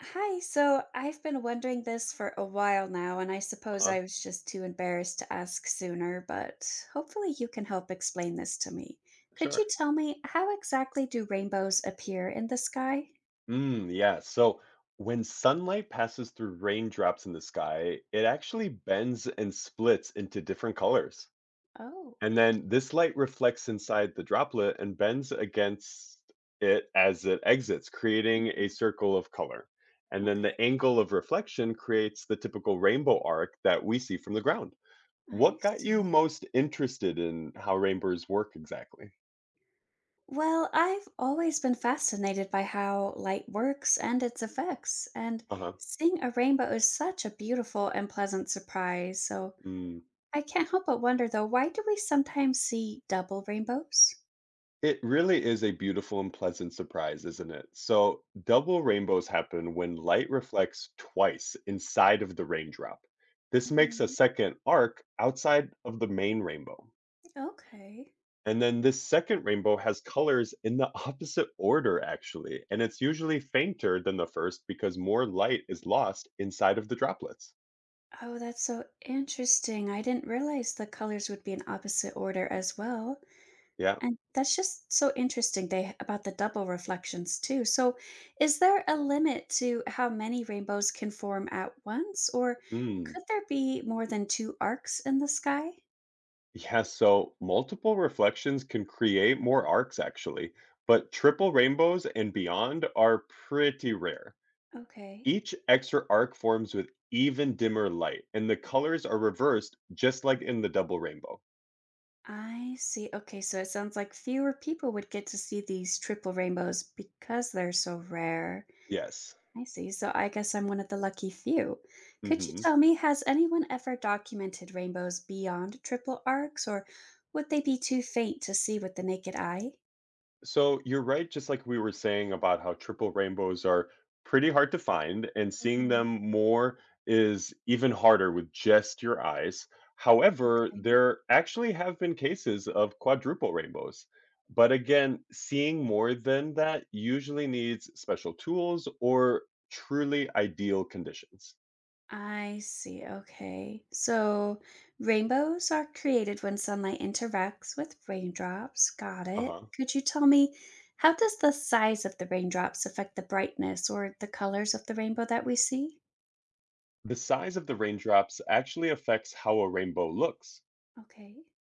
Hi, so I've been wondering this for a while now, and I suppose Uh-huh. I was just too embarrassed to ask sooner, but hopefully you can help explain this to me. Could Sure. you tell me, how exactly do rainbows appear in the sky? Yeah. So, when sunlight passes through raindrops in the sky, it actually bends and splits into different colors. Oh. And then this light reflects inside the droplet and bends against it as it exits, creating Mhm. a circle of color. And then Okay. the angle of reflection creates the typical rainbow arc that we see from the ground. I What got you see. most interested in how rainbows work exactly? Well, I've always been fascinated by how light works and its effects, and Uh seeing a rainbow is such a beautiful and pleasant surprise. So huh. I can't help but wonder, though, why do we sometimes see double rainbows? It really is a beautiful and pleasant surprise, isn't it? So, double rainbows happen when light reflects twice inside of the raindrop. This makes a Mhm. second arc outside of the main rainbow. Okay. And then this second rainbow has colors in the opposite order, actually. And it's usually fainter than the first because more light is lost inside of the droplets. Oh, that's so interesting. I didn't realize the colors would be in opposite order as well. Yeah. And that's just so interesting they about the double reflections too. So, is there a limit to how many rainbows can form at once, or Mm. could there be more than two arcs in the sky? Yeah, so multiple reflections can create more arcs actually, but triple rainbows and beyond are pretty rare. Okay. Each extra arc forms with even dimmer light, and the colors are reversed just like in the double rainbow. I see. Okay, so it sounds like fewer people would get to see these triple rainbows because they're so rare. Yes. I see. So I guess I'm one of the lucky few. Could you Hmm. tell me, has anyone ever documented rainbows beyond triple arcs, or would they be too faint to see with the naked eye? So you're right, just like we were saying about how triple rainbows are pretty hard to find, and seeing Hmm. them more is even harder with just your eyes. However, Okay. there actually have been cases of quadruple rainbows. But again, seeing more than that usually needs special tools or truly ideal conditions. I see. Okay. So rainbows are created when sunlight interacts with raindrops. Got it. Uh-huh. Could you tell me, how does the size of the raindrops affect the brightness or the colors of the rainbow that we see? The size of the raindrops actually affects how a rainbow looks. Okay.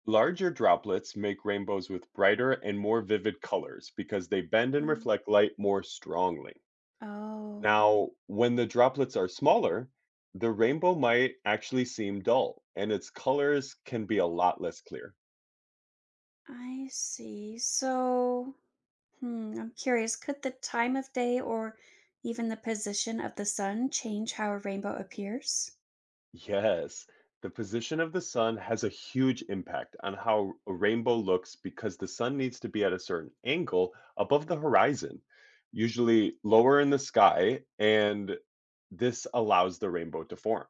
Larger droplets make rainbows with brighter and more vivid colors because they bend and Mm. reflect light more strongly. Oh. Now, when the droplets are smaller, the rainbow might actually seem dull and its colors can be a lot less clear. I see. So, I'm curious, could the time of day or even the position of the sun change how a rainbow appears? Yes, the position of the sun has a huge impact on how a rainbow looks because the sun needs to be at a certain angle above the horizon, usually lower in the sky, and this allows the rainbow to form.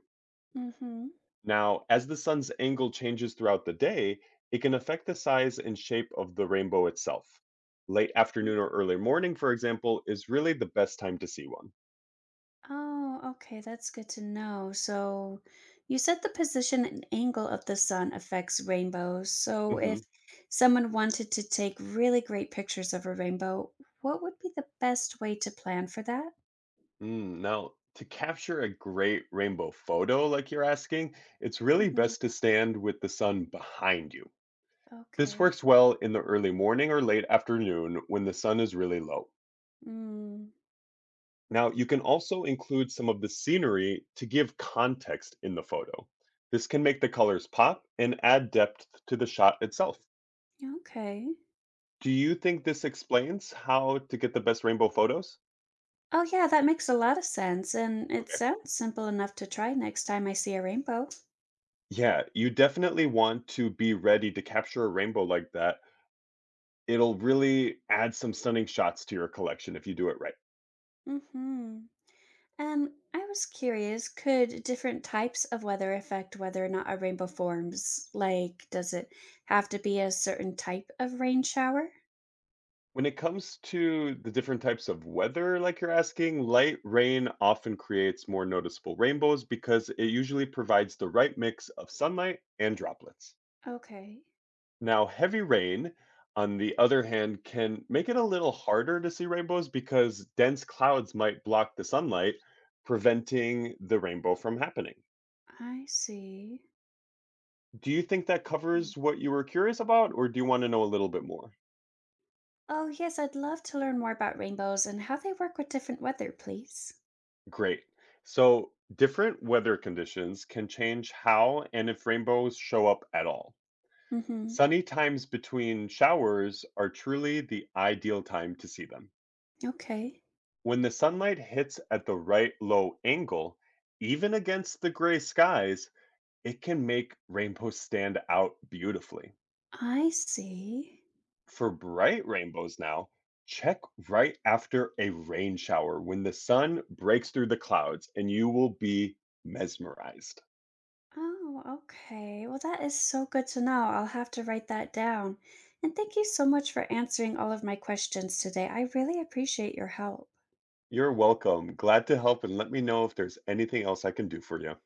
Mm-hmm. Now, as the sun's angle changes throughout the day, it can affect the size and shape of the rainbow itself. Late afternoon or early morning, for example, is really the best time to see one. Oh, okay, that's good to know. So, you said the position and angle of the sun affects rainbows. So, Hmm. if someone wanted to take really great pictures of a rainbow, what would be the best way to plan for that? Now, to capture a great rainbow photo, like you're asking, it's really Mm-hmm. best to stand with the sun behind you. This Okay. works well in the early morning or late afternoon when the sun is really low. Mm, Now, you can also include some of the scenery to give context in the photo. This can make the colors pop and add depth to the shot itself. okay. Do you think this explains how to get the best rainbow photos? Oh, yeah, that makes a lot of sense, and it Okay. sounds simple enough to try next time I see a rainbow. Yeah, you definitely want to be ready to capture a rainbow like that. It'll really add some stunning shots to your collection if you do it right. Mhm. And I was curious, could different types of weather affect whether or not a rainbow forms? Like, does it have to be a certain type of rain shower? When it comes to the different types of weather, like you're asking, light rain often creates more noticeable rainbows because it usually provides the right mix of sunlight and droplets. Okay, Now, heavy rain, on the other hand, can make it a little harder to see rainbows because dense clouds might block the sunlight, preventing the rainbow from happening. I see. Do you think that Mm. covers what you were curious about, or do you want to know a little bit more? Oh, yes, I'd love to learn more about rainbows and how they work with different weather, please. Great. So, different weather conditions can change how and if rainbows show up at all. Mhm. Sunny times between showers are truly the ideal time to see them. Okay, When the sunlight hits at the right low angle, even against the gray skies, it can make rainbows stand out beautifully. I see. For bright rainbows now, check right after a rain shower when the sun breaks through the clouds and you will be mesmerized. Oh, okay. Well, that is so good to know. I'll have to write that down. And thank you so much for answering all of my questions today. I really appreciate your help. You're welcome. Glad to help and let me know if there's anything else I can do for you.